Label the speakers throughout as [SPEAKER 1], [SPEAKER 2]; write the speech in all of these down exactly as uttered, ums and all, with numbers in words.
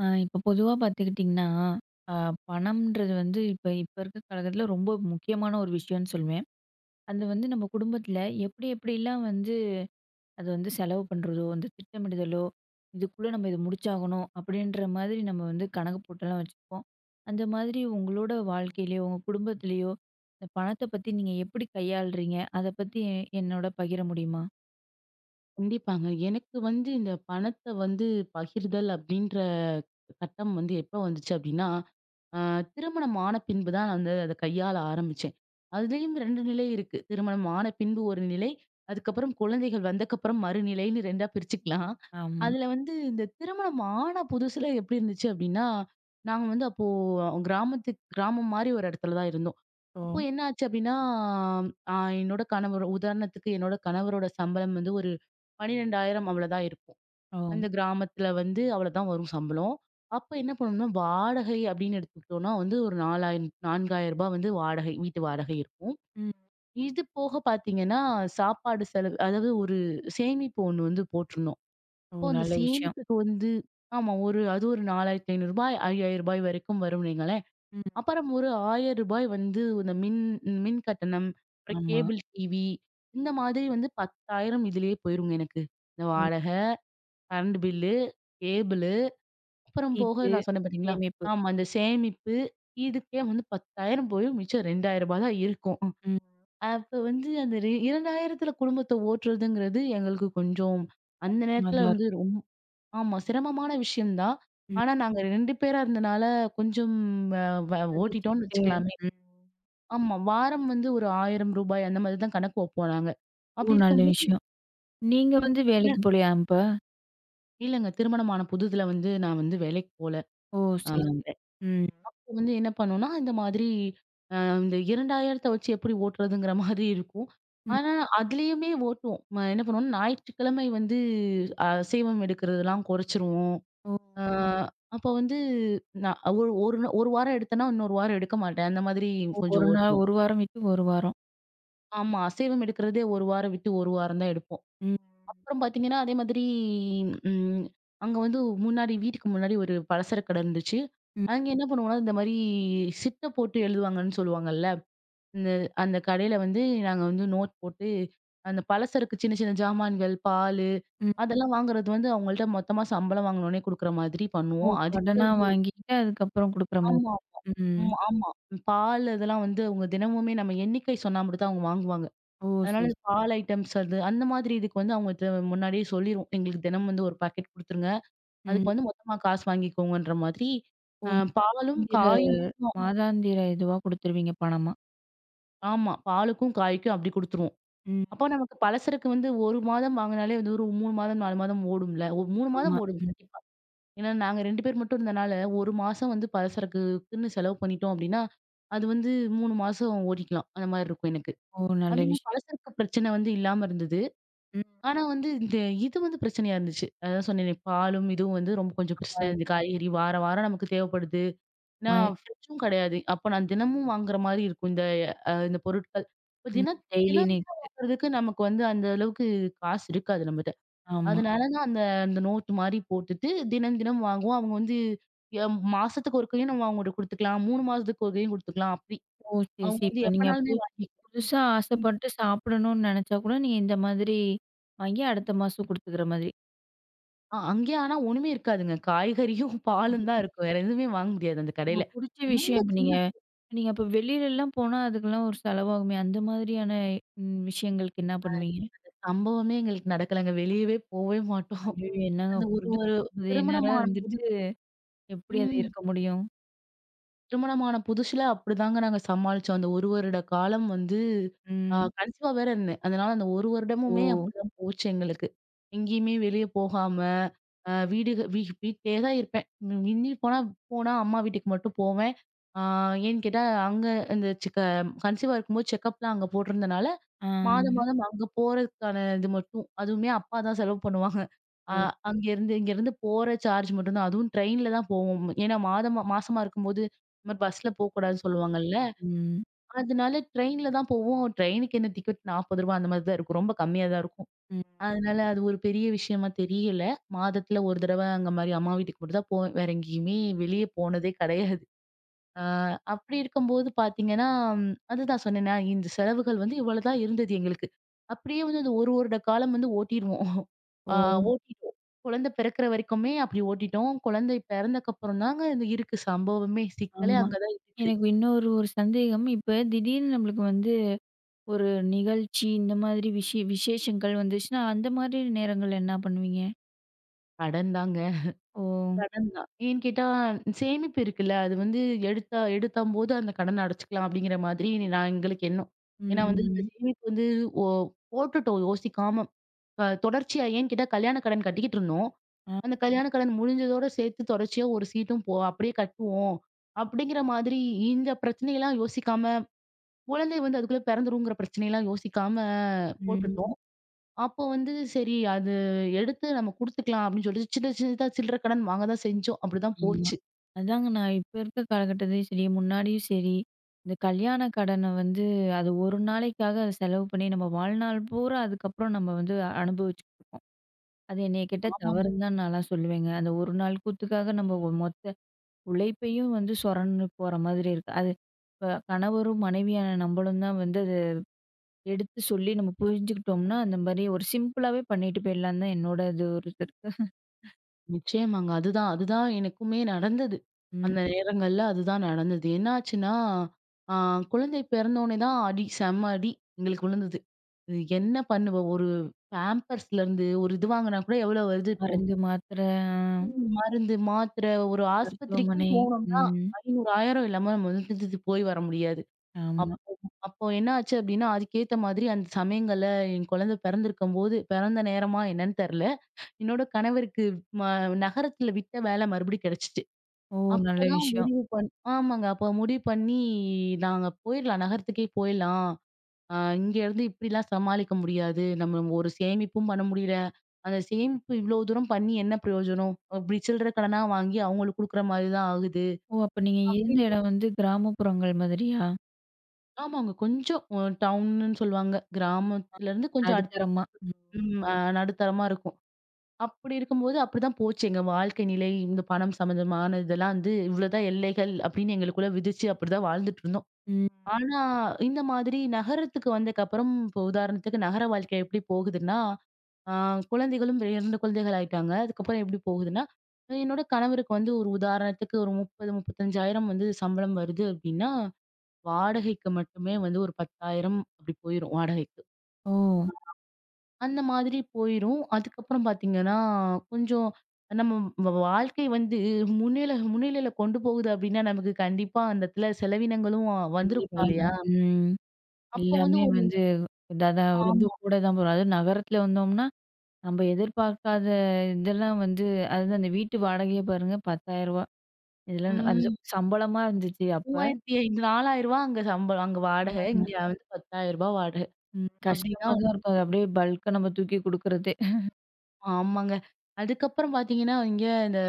[SPEAKER 1] ஆ இப்போ பொதுவா பார்த்துக்கிட்டிங்கன்னா, அ பணம்ன்றது வந்து இப்ப இப்ப இருக்க காலகட்டத்தில ரொம்ப முக்கியமான ஒரு விஷயம்னு சொல்லுவேன். அது வந்து நம்ம குடும்பத்தில எப்படி எப்படிலாம் வந்து அது வந்து செலவு பண்ணுறதோ, அந்த திட்டமிடுதலோ, இதுக்குள்ள நம்ம இத முடிச்சாகணும் அப்படின்ற மாதிரி நம்ம வந்து கணக்கு போட்டெல்லாம் வச்சுப்போம். அந்த மாதிரி உங்களோட வாழ்க்கையிலயோ, உங்க குடும்பத்திலயோ இந்த பணத்த பத்தி நீங்க எப்படி கையாளுறீங்க? அத பத்தி எ என்னோட பகிர முடியுமா?
[SPEAKER 2] கண்டிப்பாங்க. எனக்கு வந்து இந்த பணத்த வந்து பகிர்தல் அப்படின்ற கட்டம் வந்து எப்ப வந்துச்சு அப்படின்னா, அ திருமணம் ஆன பின்பு தான் நான் வந்து அத கையாள ஆரம்பிச்சேன். அதுலயும் ரெண்டு நிலை இருக்கு. திருமணம் ஆன பின்பு ஒரு நிலை, அதுக்கப்புறம் குழந்தைகள் வந்தக்கப்புறம் மறுநிலைன்னு 2ஆ பிரிச்சுக்கலாம்.
[SPEAKER 1] ஆமா.
[SPEAKER 2] அதுல வந்து இந்த திருமணம் ஆன புதுசுல எப்படி இருந்துச்சு அப்படின்னா, நாங்க வந்து அப்போ கிராமத்து கிராமம் மாரி ஒரு இடத்துல தான் இருந்தோம்.
[SPEAKER 1] ஓ!
[SPEAKER 2] அப்போ என்ன ஆச்சு அப்படின்னா, அ என்னோட கணவர் உதாரணத்துக்கு என்னோட கணவரோட சம்பளம் வந்து ஒரு பன்னிரண்டாயிரம் அவ்வளதான் இருக்கும்.
[SPEAKER 1] ஓ!
[SPEAKER 2] அந்த கிராமத்துல வந்து அவ்வளதான் வரும் சம்பளம். அப்ப என்ன பண்ணணும்னா, வாடகை அப்படின்னு எடுத்துக்கிட்டோம்னா வந்து ஒரு நாலாயிரம் ரூ. நான்காயிரம் வந்து வாடகை, வீட்டு வாடகை இருக்கும்.
[SPEAKER 1] ம்.
[SPEAKER 2] இது போக பார்த்தீங்கன்னா, சாப்பாடு செலவு அதாவது ஒரு சேமிப்பு ஒண்ணு வந்து போட்டிருந்தோம்.
[SPEAKER 1] ஓ!
[SPEAKER 2] அப்போ அந்த
[SPEAKER 1] நல்ல விஷயம்.
[SPEAKER 2] சேமிப்புக்கு வந்து ஆமா. ஒரு அது ஒரு ரூ. நாலாயிரத்து ஐநூறு ரூ. ஐயாயிரம் வரைக்கும் வரும்னு வைங்களேன்.
[SPEAKER 1] ம்.
[SPEAKER 2] அப்புறம் ஒரு ரூ. ஆயிரம் வந்து இந்த மின் மின் கட்டணம், அப்புறம்
[SPEAKER 1] ஆமா.
[SPEAKER 2] Cable TV. இந்த மாதிரி வந்து பத்தாயிரம் இதிலேயே போயிருங்க எனக்கு. இந்த
[SPEAKER 1] ம்.
[SPEAKER 2] வாடக, கரண்ட் பில்லு, கேபிளு, அப்புறம் போக
[SPEAKER 1] சீட்டு,
[SPEAKER 2] நான் சொன்னேன் பார்த்தீங்களா?
[SPEAKER 1] சேமிப்பு.
[SPEAKER 2] ஆமா. இந்த சேமிப்பு, இதுக்கே வந்து பத்தாயிரம் போய் மிச்சம் ரூ. இரண்டாயிரம் தான் இருக்கும்.
[SPEAKER 1] ம்.
[SPEAKER 2] அப்ப வந்து அந்த ரெ 2,000த்துல குடும்பத்த ஓட்டுறதுங்கிறது எங்களுக்கு கொஞ்சம், அந்த
[SPEAKER 1] ஆமா,
[SPEAKER 2] நேரத்துல
[SPEAKER 1] அதா இருக்கும்.
[SPEAKER 2] வந்து ரொம் ஆமா. சிரமமான விஷயம் தான்.
[SPEAKER 1] ம்.
[SPEAKER 2] ஆனா நாங்க ரெண்டு பேரா இருந்தனால கொஞ்சம் அ வ ஓட்டிட்டோம்னு
[SPEAKER 1] சகிச்சுக்கிட்டே.
[SPEAKER 2] வச்சுக்கலாமே.
[SPEAKER 1] ம்.
[SPEAKER 2] ஆமா. வாரம் வந்து ஒரு ரூ. ஆயிரம் அந்த மாதிரி தான் கணக்கு வைப்போம் நாங்க.
[SPEAKER 1] ஓ!
[SPEAKER 2] அப்படி
[SPEAKER 1] நல்ல
[SPEAKER 2] இருக்கும்போது
[SPEAKER 1] விஷயம். நீங்க
[SPEAKER 2] ம்.
[SPEAKER 1] வந்து
[SPEAKER 2] இல்ல
[SPEAKER 1] வேலைக்கு போலயா அப்ப?
[SPEAKER 2] இல்லங்க. திருமணமான புதுதுல வந்து நான் வந்து வேலைக்கு போல.
[SPEAKER 1] ஓ!
[SPEAKER 2] அ
[SPEAKER 1] சரி, சரி. ம்.
[SPEAKER 2] வந்து என்ன பண்ணும்னா, இந்த மாதிரி அ இந்த இரண்டாயிரம் வச்சு எப்படி ஓட்டுறதுங்கிற மாதிரி இருக்கும்.
[SPEAKER 1] ம்.
[SPEAKER 2] ஆனா, அதுலயுமே ஓட்டுவோம். ம என்ன பண்ணுவோம்னா, ஞாயிற்றுக்கிழமை வந்து அசைவம் எடுக்கிறதெல்லாம் குறைச்சிருவோம்.
[SPEAKER 1] ஓ!
[SPEAKER 2] அ அப்போ வந்து நான் ஒரு ஒரு நா- ஒரு வாரம் எடுத்தேன்னா, இன்னொரு வாரம் எடுக்க மாட்டேன். அந்த மாதிரி
[SPEAKER 1] ஓ,
[SPEAKER 2] கொஞ்சம்
[SPEAKER 1] ஒரு நாள்
[SPEAKER 2] ஓட்டுவோம்.
[SPEAKER 1] ஒரு வாரம் விட்டு ஒரு வாரம்.
[SPEAKER 2] ஆமா. அசைவம் எடுக்கிறதே ஒரு வாரம் விட்டு ஒரு வாரம் தான் எடுப்போம்.
[SPEAKER 1] ம்.
[SPEAKER 2] அப்புறம் பார்த்தீங்கன்னா, அதே மாதிரி ம் அங்க வந்து முன்னாடி வீட்டுக்கு முன்னாடி ஒரு பலசர கடை இருந்துச்சு.
[SPEAKER 1] ம்,
[SPEAKER 2] அங்க என்ன பண்ணுவோம்னா, இந்த மாரி சிட்ட போட்டு எழுதுவாங்கன்னு சொல்லுவாங்கல்ல. இந்த அந்த கடையில வந்து நாங்க வந்து நோட் போட்டு, அந்த பலசரக்கு சின்ன சின்ன ஜாமான்கள், பாலு
[SPEAKER 1] ம்.
[SPEAKER 2] அதெல்லாம் வாங்குறது வந்து அவங்கள்ட்ட மொத்தமா சம்பளம் வாங்குனோனே குடுக்குற மாதிரி
[SPEAKER 1] ஓ!
[SPEAKER 2] பண்ணுவோம். அதுக்கே
[SPEAKER 1] கடனா
[SPEAKER 2] வந்து
[SPEAKER 1] வாங்கிட்டு அதுக்கப்புறம் குடுக்குற மாதிரி.
[SPEAKER 2] ஆமா.
[SPEAKER 1] ம்.
[SPEAKER 2] ம் ஆமா. பால் இதெல்லாம் வந்து அவங்க தினமுமே நம்ம எண்ணிக்கை சொன்னா மட்டும் தான் அவங்க வாங்குவாங்க.
[SPEAKER 1] ஓ!
[SPEAKER 2] அதனால
[SPEAKER 1] சரி,
[SPEAKER 2] இந்த
[SPEAKER 1] சரி.
[SPEAKER 2] பால் ஐட்டம்ஸ் அது அந்த மாதிரி இதுக்கு வந்து அவங்க த முன்னாடியே சொல்லிருவோம். எங்களுக்கு தினம் வந்து ஒரு பாக்கெட் குடுத்துருங்க.
[SPEAKER 1] ம்.
[SPEAKER 2] அதுக்கு வந்து மொத்தமா காசு வாங்கிக்கோங்கன்ற மாதிரி,
[SPEAKER 1] ஓ!
[SPEAKER 2] அ பாலும்,
[SPEAKER 1] மாதாந்திர
[SPEAKER 2] காயும் மட்டும்.
[SPEAKER 1] மாதாந்திர இதுவா குடுத்துருவீங்க பணமா?
[SPEAKER 2] ஆமா. பாலுக்கும், காய்க்கும் அப்படி குடுத்துருவோம். அப்போ
[SPEAKER 1] ம்.
[SPEAKER 2] நமக்கு பலசரக்கு வந்து ஒரு மாதம் வாங்குனாலே வந்து ஒரு மூணு மாதம், நாலு மாதம் ஓடும்ல. ஒரு மூணு மாதம்
[SPEAKER 1] ஆமா.
[SPEAKER 2] ஓடும்
[SPEAKER 1] ம்.
[SPEAKER 2] கண்டிப்பா. ஏன்னா நாங்க ரெண்டு பேர் மட்டும் இருந்தனால, ஒரு மாசம் வந்து பலசரக்குக்குன்னு செலவு பண்ணிட்டோம் அப்டின்னா, அது வந்து மூணு மாசம் ஓட்டிக்கலாம். அந்த மாரி இருக்கும் எனக்கு.
[SPEAKER 1] ஓ! நல்ல
[SPEAKER 2] அதிகம்
[SPEAKER 1] விஷயம்.
[SPEAKER 2] பலசரக்கு பிரச்சனை வந்து இல்லாம இருந்தது.
[SPEAKER 1] ம்.
[SPEAKER 2] ஆனா வந்து இந்த இது வந்து பிரச்சனையா இருந்துச்சு. அதான் சொன்னேனே பாலும் இதுவும் வந்து ரொம்ப கொஞ்சம்
[SPEAKER 1] ஆமா.
[SPEAKER 2] பிரச்சனையா
[SPEAKER 1] இது
[SPEAKER 2] இருந்தது. காய்கறி வாரம் வாரம் நமக்கு தேவைப்படுது.
[SPEAKER 1] மாரி.
[SPEAKER 2] நான் ஃப்ரிட்ஜும் கிடையாது. அப்ப நான் தினமும் வாங்குற மாரி இருக்கும். இந்த அ இந்த பொருட்கள். இப்ப
[SPEAKER 1] ம்.
[SPEAKER 2] தின
[SPEAKER 1] டெய்லி
[SPEAKER 2] தினம் தினம்
[SPEAKER 1] நீட்ஸ்.
[SPEAKER 2] வாங்குறதுக்கு நமக்கு வந்து அந்த அளவுக்கு காசு இருக்காது நம்மட்ட.
[SPEAKER 1] ஆமா.
[SPEAKER 2] அதனால தான் அந்த அந்த நோட்டு மாரி போட்டுட்டு தினம் தினம் வாங்குவோம். அவங்க வந்து எ மாசத்துக்கு ஒருக்கையும் நம்ம அவங்ககிட்ட குடுத்துக்கலாம். மூணு மாசத்துக்கு ஒருக்கையும் குடுத்துக்கலாம் அப்படி.
[SPEAKER 1] ஓ! சரி,
[SPEAKER 2] அவங்க
[SPEAKER 1] சரி.
[SPEAKER 2] வந்து
[SPEAKER 1] இப்ப நீங்க பு
[SPEAKER 2] எப்பனாலுமே வாங்கி
[SPEAKER 1] புதுசா ஆசைப்பட்டு சாப்பிடணும்னு நினைச்சா கூட, நீங்க இந்த மாதிரி வாங்கி அடுத்த மாசம் குடுத்துக்கிற மாதிரி.
[SPEAKER 2] அ அங்கேயே ஆனா ஒண்ணுமே இருக்காதுங்க. காய்கறியும், பாலும் தான் இருக்கும். வேற எதுவுமே வாங்க முடியாது அந்த
[SPEAKER 1] உங்க
[SPEAKER 2] கடையில.
[SPEAKER 1] புடிச்ச
[SPEAKER 2] ரொம்ப
[SPEAKER 1] விஷயம் இப்ப
[SPEAKER 2] சின்ன
[SPEAKER 1] நீங்க நீங்க அப்ப வெளிலலாம் போனா அதுக்கெல்லாம் ஒரு செலவாகுமே! அந்த மாதிரியான ம் விஷயங்களுக்கு என்ன பண்ணுவீங்க?
[SPEAKER 2] சம்பவமே எங்களுக்கு நடக்கலங்க. வெளியவே போவே மாட்டோம்.
[SPEAKER 1] ஐயய்யோ! என்னங்க
[SPEAKER 2] அந்த ஒரு
[SPEAKER 1] புது,
[SPEAKER 2] ஒரு
[SPEAKER 1] இது நேரா
[SPEAKER 2] திருமணம் ஆனபோது
[SPEAKER 1] இருந்துட்டு எப்படி அது
[SPEAKER 2] ம்.
[SPEAKER 1] இருக்க முடியும்?
[SPEAKER 2] திருமணமான புதுசுல அப்படிதாங்க நாங்க சமாளிச்சோம். அந்த ஒரு வருட காலம் வந்து அ
[SPEAKER 1] ம்.
[SPEAKER 2] கன்சீவா வேற இருந்தேன். அதனால அந்த ஒரு
[SPEAKER 1] ஓ!
[SPEAKER 2] வருடமுமே அப்படிதான் போச்சு எங்களுக்கு. எங்கேயுமே வெளிய போகாம, அ வீடு வீ வீட்லயே தான் இருப்பேன். ம் மிஞ்சி போனா போனா அம்மா வீட்டுக்கு மட்டும் போவேன். ஆ ஏன்னு கேட்டா, அங்க இந்த செக்க கன்சீவா இருக்கும்போது செக்கப்லாம் அங்க போட்டிருந்தனால,
[SPEAKER 1] ஆ.
[SPEAKER 2] மாதம் மாதம் அங்க போறதுக்கான இது மட்டும். அதுவுமே அப்பா தான் செலவு பண்ணுவாங்க.
[SPEAKER 1] ஓ!
[SPEAKER 2] அ அங்கேருந்து இங்கேருந்து போற சார்ஜ் மட்டும் தான். அதுவும் ட்ரெயின்ல தான் போவோம். ஏன்னா மாதமா மாசமா இருக்கும்போது, இந்த மாரி பஸ்ல போக்கூடாதுன்னு சொல்லுவாங்கல்ல.
[SPEAKER 1] ம்.
[SPEAKER 2] அதனால ட்ரெயின்ல தான் போவோம். ட்ரெயினுக்கு என்ன டிக்கெட் ரூ. நாற்பது அந்த மாரி தான் இருக்கும். ரொம்ப கம்மியா தான் இருக்கும்.
[SPEAKER 1] ம்.
[SPEAKER 2] அதனால அது ஒரு பெரிய விஷயமா தெரியல. மாதத்துல ஒரு தடவ அங்க மாரி அம்மா வீட்டுக்கு மட்டும் தான் போவேன். வேற எங்கேயுமே வெளிய போனதே கிடையாது. ஆ, அப்படி இருக்கும்போது பார்த்தீங்கன்னா, அதுதான் சொன்னேனே இந்த செலவுகள் வந்து இவ்வளதான் இருந்தது எங்களுக்கு. அப்படியே வந்து அந்த ஒரு வருட காலம் வந்து ஓட்டிருவோம். ஆ
[SPEAKER 1] ஓ!
[SPEAKER 2] ஓட்டிட்டோம். குழந்தை பிறக்கிற வரைக்குமே அப்படி ஓட்டிட்டோம். குழந்தை பிறந்தக்கப்புறம் தாங்க இந்த இருக்கு சம்பவமே. சிக்கலே
[SPEAKER 1] ஆமா.
[SPEAKER 2] அங்க தான் இருக்கு.
[SPEAKER 1] எனக்கு இன்னொரு ஒரு சந்தேகம். இப்ப திடீர்னு நம்மளுக்கு வந்து ஒரு நிகழ்ச்சி இந்த மாதிரி விஷய விசேஷங்கள் வந்துச்சுன்னா, அந்த மாதிரி நேரங்கள்ல என்ன பண்ணுவீங்க?
[SPEAKER 2] கடன் தாங்க.
[SPEAKER 1] ஓ!
[SPEAKER 2] கடன் தான். ஏன்னு கேட்டா சேமிப்பு இருக்குல்ல, அது வந்து எடுத்தா எடுத்தம்போது அந்த கடன அடைச்சுக்கலாம் அப்படிங்கிற மாதிரி நான் எங்களுக்கு எண்ணம். ஏன்னா வந்து இந்த
[SPEAKER 1] ம்.
[SPEAKER 2] சேமிப்பு வந்து ஓ போட்டுட்டோம் யோசிக்காம, அ தொடர்ச்சியா ஏன்னு கேட்டா கல்யாண கடன் கட்டிக்கிட்டு இருந்தோம்.
[SPEAKER 1] ஆ.
[SPEAKER 2] அந்த கல்யாண கடன் முடிஞ்சதோட சேர்த்து தொடர்ச்சியா ஒரு சீட்டும் போ அப்படியே கட்டுவோம். அப்படிங்கிற மாதிரி இந்த பிரச்சனையெல்லாம் யோசிக்காம, குழந்தை வந்து அதுக்குள்ள பிறந்துருங்கிற பிரச்சனையெல்லாம் யோசிக்காம
[SPEAKER 1] ம்.
[SPEAKER 2] போட்டுட்டோம். அப்போ வந்து சரி அது எடுத்து நம்ம குடுத்துக்கலாம் அப்படின்னு சொல்லிட்டு சின்ன சின்னதா சில்லற கடன் வாங்க தான் செஞ்சோம். அப்படிதான்
[SPEAKER 1] ஆமா.
[SPEAKER 2] போச்சு.
[SPEAKER 1] அதாங்க, நான் இப்ப இருக்க காலகட்டத்திலயும் சரி, முன்னாடியும் சரி, இந்த கல்யாண கடன வந்து அது ஒரு நாளைக்காக அத செலவு பண்ணி நம்ம வாழ்நாள் பூரா அதுக்கப்புறம் நம்ம வந்து அனுபவிச்சுட்டுருக்கோம். அது என்னைய கேட்டா
[SPEAKER 2] ஆமா.
[SPEAKER 1] தவறுன்னு தான் நான்லாம் சொல்லுவேங்க. அந்த ஒரு நாள் கூத்துக்காக நம்ம ஒ மொத்த உழைப்பையும் வந்து சொரண்டு போற மாதிரி இருக்கு. அது இப்ப கணவரும் மனைவியான நம்பளும் தான் வந்து எடுத்து சொல்லி நம்ம புரிஞ்சுக்கிட்டோம்னா, அந்த மாரி ஒரு சிம்பிளாவே பண்ணிட்டு போயிடலாம் தான் என்னோட இது ஒரு இது இருக்கு.
[SPEAKER 2] நிச்சயமாங்க. அதுதான், அதுதான் எனக்குமே நடந்தது.
[SPEAKER 1] ம்.
[SPEAKER 2] அந்த நேரங்கள்ல அதுதான் நடந்தது. என்னாச்சுன்னா, ஆ குழந்தை பிறந்தோனே தான் அடி, செம்ம அடி எங்களுக்கு விழுந்தது. இது என்ன பண்ணுவ? ஒரு பேம்பர்ஸ்லருந்து ஒரு இது வாங்குனா கூட எவ்வளோ வருது இப்போ?
[SPEAKER 1] மருந்து, மாத்திரை,
[SPEAKER 2] ம். மருந்து, மாத்திரை ஒரு ஆஸ்பத்திரிக்குன்னு
[SPEAKER 1] மருத்துவமனை.
[SPEAKER 2] போனோம்னா,
[SPEAKER 1] ம்.
[SPEAKER 2] ஐநூறு, ஆயிரம் இல்லாம நம்ம வந்து போய் வர முடியாது.
[SPEAKER 1] ஆமா.
[SPEAKER 2] அப்போ அப்போ என்ன ஆச்சு அப்டின்னா, அதுக்கேத்த மாதிரி அந்த சமயங்கள்ல என் குழந்தை பிறந்திருக்கும்போது, பிறந்த நேரமா என்னன்னு தெர்ல. என்னோட கணவருக்கு ம நகரத்துல விட்ட வேலை மறுபடியும் கிடைச்சுச்சு.
[SPEAKER 1] ஓ! நல்ல
[SPEAKER 2] அப்பதான்
[SPEAKER 1] விஷயம்.
[SPEAKER 2] முடிவு பண் ஆமாங்க. அப்ப முடிவு பண்ணி நாங்க போயிரலாம். நகரத்துக்கே போயிரலாம். அ இங்க இருந்து இப்படிலாம் சமாளிக்க முடியாது. நம்ம ஒரு சேமிப்பும் பண்ண முடியல. அந்த சேமிப்பு இவ்ளோ தூரம் பண்ணி என்ன பிரயோஜனம்? அப்படி சில்லற கடனா வாங்கி அவங்களுக்கு குடுக்குற மாரி தான் ஆகுது.
[SPEAKER 1] ஓ! அப்ப நீங்க இருந்த
[SPEAKER 2] அப்படின்ற
[SPEAKER 1] இடம் வந்து கிராமப்புறங்கள் மாதிரியா?
[SPEAKER 2] ஆமாங்க. கொஞ்சம் அ டவுனுன்னு சொல்லுவாங்க. கிராமத்துல இருந்து கொஞ்சம் அடுத்
[SPEAKER 1] நடுத்தரமா. ம்.
[SPEAKER 2] ம் அ நடுத்தரமா இருக்கும். அப்படி இருக்கும்போது அப்படிதான் போச்சு எங்க வாழ்க்கை நிலை. இந்த பணம் சம்மந்தமான இதெல்லாம் வந்து இவ்வளோதான் எல்லைகள் அப்படின்னு எங்களுக்குள்ள விதிச்சு அப்படிதான் வாழ்ந்துட்டு இருந்தோம்.
[SPEAKER 1] ம்.
[SPEAKER 2] ஆனா இந்த மாதிரி நகரத்துக்கு வந்ததுக்கப்புறம் இப்போ உதாரணத்துக்கு நகர வாழ்க்கை எப்படி போகுதுன்னா, ஆ குழந்தைகளும் இரண்டு குழந்தைகள் ஆயிட்டாங்க. அதுக்கப்புறம் எப்படி போகுதுன்னா, என்னோட கணவருக்கு வந்து ஒரு உதாரணத்துக்கு ஒரு முப்பது, முப்பத்தி ஐயாயிரம் வந்து சம்பளம் வருது அப்படின்னா, வாடகைக்கு மட்டுமே வந்து ஒரு பத்தாயிரம் அப்படி போயிரும் வாடகைக்கு.
[SPEAKER 1] ஓ!
[SPEAKER 2] அந்த மாதிரி போயிரும். அதுக்கப்புறம் பார்த்தீங்கன்னா, கொஞ்சம் நம்ம வ வாழ்க்கை வந்து முன்னில முன்னிலையில கொண்டு போகுது அப்டின்னா, நமக்கு கண்டிப்பா அந்த இடத்துல செலவினங்களும் வந்திருக்கும்
[SPEAKER 1] கண்டிப்பாங்க.
[SPEAKER 2] இல்லையா?
[SPEAKER 1] ம்.
[SPEAKER 2] அப்போ வந்து
[SPEAKER 1] எல்லாமே
[SPEAKER 2] ஒரு
[SPEAKER 1] வந்து இதா தான் ரொம்ப
[SPEAKER 2] ஆமா.
[SPEAKER 1] கூட தான் போறோம். அதுவும் நகரத்துல வந்தோம்னா, நம்ம எதிர்பார்க்காத இதெல்லாம் வந்து அதுதான், அந்த வீட்டு வாடகையே பாருங்க ரூ. பத்தாயிரம். இதெல்லாம் அது
[SPEAKER 2] ம்.
[SPEAKER 1] சம்பளமா இருந்துச்சு அப்ப.
[SPEAKER 2] மூவாயிரத்து ஐநூறு ரூ. நாலாயிரம் அங்க சம்பளம். அங்க வாடகை. இங்க வந்து ரூ. பத்தாயிரம் வாடகை.
[SPEAKER 1] ம்.
[SPEAKER 2] அப்டின்னா
[SPEAKER 1] கஷ்டமா தான்
[SPEAKER 2] வந்து
[SPEAKER 1] இருக்கும். அது அப்படியே பல்க்கா நம்ம தூக்கி குடுக்குறதே.
[SPEAKER 2] ஆமாங்க. அதுக்கப்புறம் பார்த்தீங்கன்னா, இங்க இந்த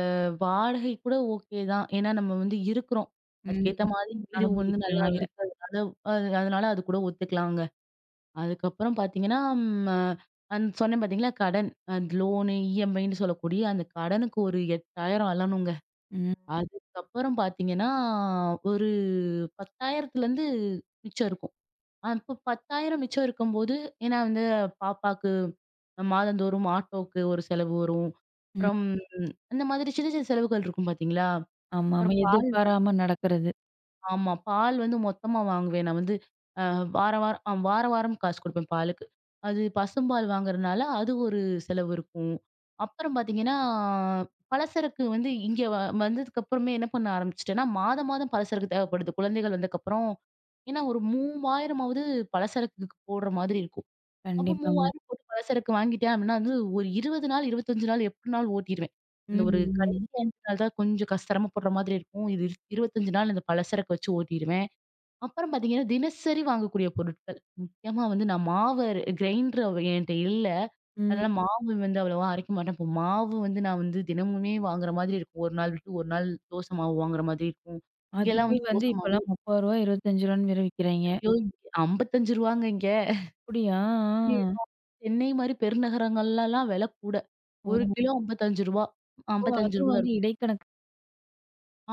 [SPEAKER 2] வாடகை கூட ஓகே தான். ஏன்னா நம்ம வந்து இருக்கிறோம். அதுக்கேத்த
[SPEAKER 1] ம்.
[SPEAKER 2] மாதிரி வீடு வந்து நல்லா
[SPEAKER 1] அனுபவிக்கிறனால.
[SPEAKER 2] இருக்கு. அதனால அதனால அது கூட ஒத்துக்கலாம். அதுக்கப்புறம் பார்த்தீங்கன்னா, ம் அந் சொன்னேன் பார்த்தீங்களா? கடன். அந்த லோனு, இஎம்ஐன்னு சொல்லக்கூடிய அந்த கடனுக்கு ஒரு எட்டாயிரம் அலணுங்க.
[SPEAKER 1] ம்.
[SPEAKER 2] அதுக்கப்புறம் பார்த்தீங்கன்னா, ஒரு 10,000த்துலேருந்து மிச்சம் இருக்கும். அப்போ பத்தாயிரம் மிச்சம் இருக்கும்போது, ஏன்னா வந்து பாப்பாக்கு மாதந்தோறும் ஆட்டோக்கு ஒரு செலவு வரும்.
[SPEAKER 1] ம்.
[SPEAKER 2] அப்புறம் அந்த மாதிரி சின்ன சின்ன செலவுகள் இருக்கும் பார்த்தீங்களா?
[SPEAKER 1] ஆமாமா.
[SPEAKER 2] அப்புறம் பால்
[SPEAKER 1] எதிர்பாராம நடக்கிறது.
[SPEAKER 2] ஆமா. பால் வந்து மொத்தமா வாங்குவேன். நான் வந்து அ வார வாரம் அ வார வாரம் காசு குடுப்பேன் பாலுக்கு. அது பசும்பால் வாங்குறனால அது ஒரு செலவு இருக்கும். அப்புறம் பார்த்தீங்கன்னா, பலசரக்கு வந்து இங்க வ வந்ததுக்கு அப்புறமே என்ன பண்ண ஆரம்பிச்சுட்டேன்னா, மாதம் மாதம் பலசரக்கு தேவைப்படுது. குழந்தைகள் வந்தக்கப்புறம். ஏன்னா ஒரு 3000ஆவது பலசரக்குக்கு போடுற மாதிரி இருக்கும். அப்போ
[SPEAKER 1] கண்டிப்பாங்க.
[SPEAKER 2] மூவாயிரமாவது போட்டு பலசரக்கு வாங்கிட்டேன் அப்டின்னா வந்து ஒரு இருபது நாள், இருபத்தி ஐந்து நாள் எப்டினாலும் ஓட்டிருவேன். இந்த
[SPEAKER 1] ம்.
[SPEAKER 2] ஒரு கடைசி
[SPEAKER 1] ம்.
[SPEAKER 2] அஞ்சு நாள் தான் கொஞ்சம் கஷ் சிரமப்படுற மாதிரி இருக்கும். இது இருபத்தஞ்சு நாள் இந்த பலசரக்கு வச்சு ஓட்டிருவேன். அப்புறம் பார்த்தீங்கன்னா, தினசரி வாங்கக்கூடிய பொருட்கள். முக்கியமா வந்து நான் மாவு அர கிரைண்டர் என்ட்ட இல்ல.
[SPEAKER 1] ம்.
[SPEAKER 2] அதனால மாவு வந்து அவ்வளவா அரைக்க மாட்டேன். இப்போ மாவு வந்து நான் வந்து தினமுமே வாங்குற மாதிரி இருக்கும். ஒரு நாள் விட்டு ஒரு நாள் தோசை மாவு வாங்குற மாதிரி இருக்கும். இங்கலாம் ம்.
[SPEAKER 1] அதுவே
[SPEAKER 2] வந்து
[SPEAKER 1] வந்து
[SPEAKER 2] தோசை மாவு
[SPEAKER 1] இப்பலாம் ரூ. முப்பது ரூ. இருபத்தி ஐந்து வேற விக்கிறாய்ங்க.
[SPEAKER 2] ஐயோ! இங்க ரூ. 55ங்க இங்க.
[SPEAKER 1] அப்படியா?
[SPEAKER 2] ஏதோ சென்னை மாரி பெருநகரங்கள்லலாம் விலை கூட.
[SPEAKER 1] ஆ.
[SPEAKER 2] ஒரு
[SPEAKER 1] ஓ!
[SPEAKER 2] கிலோ ரூ. ஐம்பத்தஞ்சு ரூ.
[SPEAKER 1] ஓ!
[SPEAKER 2] ஐம்பத்தி ஐந்து
[SPEAKER 1] அதுவும்
[SPEAKER 2] ம்.
[SPEAKER 1] வந்து
[SPEAKER 2] இருக்கும்.
[SPEAKER 1] இடைக்கணக்கு.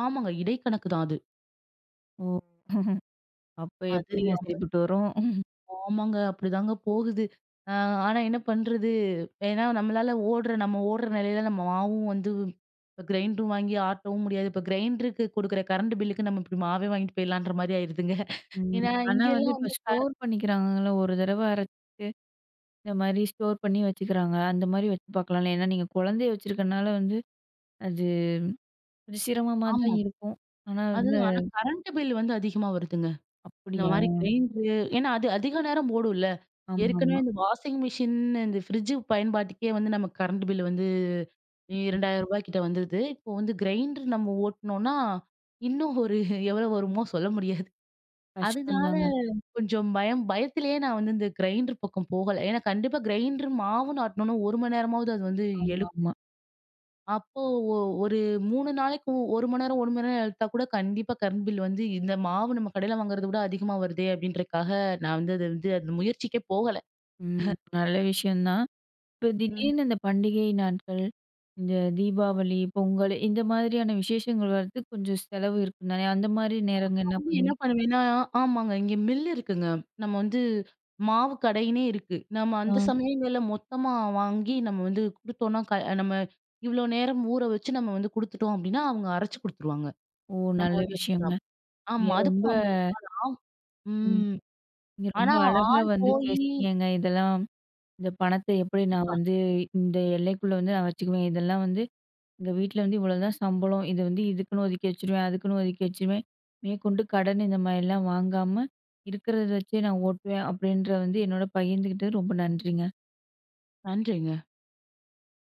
[SPEAKER 2] ஆமாங்க. இடைக்கணக்கு தான் அது.
[SPEAKER 1] ஓ! அப்ப
[SPEAKER 2] அது
[SPEAKER 1] எப்படிங்க
[SPEAKER 2] 50
[SPEAKER 1] சரிப்பட்டு வரும்?
[SPEAKER 2] ஆமாங்க. அப்படிதாங்க போகுது. அ ஆனா என்ன பண்றது? ஏன்னா நம்மளால ஓடுற நம்ம ஓடுற நிலையில நம்ம மாவும் வந்து இப்ப கிரைண்டரும் வாங்கி ஆட்டவும் முடியாது. இப்ப கிரைண்டருக்கு குடுக்குற கரண்ட் பில்லுக்கு நம்ம இப்படி மாவே வாங்கிட்டு போயிடலான்ற மாரி ஆயிருதுங்க.
[SPEAKER 1] ம்.
[SPEAKER 2] ஏன்னா
[SPEAKER 1] ஆனா வந்து
[SPEAKER 2] இங்கெல்லாம்
[SPEAKER 1] இப்ப
[SPEAKER 2] வந்து
[SPEAKER 1] ஸ்டோர் பண்ணிக்கிறாங்கல்ல. ஒரு தடவ அரைச்சு இந்த மாரி ஸ்டோர் பண்ணி வச்சுக்கிறாங்க. அந்த மாரி வச்சு பார்க்கலாம்ல. ஏன்னா நீங்க குழந்தைய வச்சிருக்கனால வந்து அது கொஞ்சம் சிரமமா தான்
[SPEAKER 2] ஆமா.
[SPEAKER 1] இருக்கும். ஆனா வந்து,
[SPEAKER 2] அதுதான். ஆனா கரண்ட் பில் வந்து அதிகமா வருதுங்க. இந்த
[SPEAKER 1] அப்படியா?
[SPEAKER 2] மாரி கிரைண்டரு ஏன்னா அது அதிக நேரம் ஓடும்ல. ஏற்கனவே
[SPEAKER 1] ஆமாமா.
[SPEAKER 2] இந்த வாஷிங் மிஷின், இந்த ஃப்ரிட்ஜ் பயன்பாட்டுக்கே வந்து நமக்கு கரண்ட் பில் வந்து ரூ. இரண்டாயிரம் கிட்ட வந்துருது. இப்போ வந்து கிரைண்டர் நம்ம ஓட்டுனோம்னா, இன்னும் ஒரு எவ்வளோ வருமோ சொல்ல முடியாது. அதனால
[SPEAKER 1] கஷ்டம்தாங்க.
[SPEAKER 2] கொஞ்சம் பயம் பயத்திலேயே நான் வந்து இந்த கிரைண்டர் பக்கம் போகல. ஏன்னா கண்டிப்பா கிரைண்டர் மாவுன்னு ஆட்டணும்னா ஒரு மணி நேரமாவது அது வந்து எழும்.
[SPEAKER 1] ஆமாமா.
[SPEAKER 2] அப்போ ஒரு மூணு நாளைக்கு ஒரு மணி நேரம், ஒரு மணி நேரம் எடுத்தா கூட கண்டிப்பா கரண்ட் பில் வந்து இந்த மாவு நம்ம கடையில வாங்குறத விட அதிகமா வருதே அப்படின்றதுக்காக நான் வந்து அத வந்து அந்த முயற்சிக்கே போகல.
[SPEAKER 1] ம். நல்ல விஷயம் தான். இப்ப
[SPEAKER 2] ம்.
[SPEAKER 1] திடீர்னு இந்த பண்டிகை நாட்கள், இந்த தீபாவளி, பொங்கல் இந்த மாதிரியான விசேஷங்கள் வர்றதுக்கு கொஞ்சம் செலவு இருக்கும் தானே? அந்த மாதிரி நேரங்க
[SPEAKER 2] நான்
[SPEAKER 1] என்ன
[SPEAKER 2] வந்து என்ன
[SPEAKER 1] பண்ணுவீங்க?
[SPEAKER 2] பண்ணுவேன்னா ஆமாங்க. இங்க மில் இருக்குங்க. நம்ம வந்து மாவு கடையினே இருக்கு. நம்ம அந்த
[SPEAKER 1] ஆ.
[SPEAKER 2] சமயங்கள்ல மொத்தமா வாங்கி நம்ம வந்து குடுத்தோம்னா க நம்ம இவ்வளோ நேரம் ஊற வச்சு நம்ம வந்து குடுத்துட்டோம் அப்படின்னா, அவங்க அரைச்சு குடுத்துருவாங்க.
[SPEAKER 1] ஓ!
[SPEAKER 2] நம்ம
[SPEAKER 1] நல்ல
[SPEAKER 2] வந்து
[SPEAKER 1] விஷயங்க.
[SPEAKER 2] வச்சுக்கலாம். ஆமா.
[SPEAKER 1] நீங்க ரொம்ப.
[SPEAKER 2] அதுக்கும் ஐம்பது ஆம்.
[SPEAKER 1] ம்.
[SPEAKER 2] ம்.
[SPEAKER 1] நீங்க ரொம்ப
[SPEAKER 2] ஆனா
[SPEAKER 1] அழகா
[SPEAKER 2] ஆள்
[SPEAKER 1] வந்து
[SPEAKER 2] போயி
[SPEAKER 1] பேசுனீங்கங்க. இதெல்லாம் இந்த பணத்த எப்படி நான்
[SPEAKER 2] கண்டிப்பா.
[SPEAKER 1] வந்து இந்த எல்லைக்குள்ள வந்து நான் வச்சுக்குவேன். இதெல்லாம் வந்து எங்க வீட்ல வந்து இவ்வளோதான் சம்பளம். இது வந்து இதுக்குன்னு ஒதுக்கி வச்சுருவேன், அதுக்குன்னு ஒதுக்கி வச்சுருவேன். மேற்கொண்டு கடன் இந்த மாரிலாம் வாங்காம, இருக்கிறத வச்சே நான் ஓட்டுவேன்." அப்படின்ற வந்து என்னோட பகிர்ந்துக்கிட்டது ரொம்ப நன்றிங்க.
[SPEAKER 2] நன்றிங்க.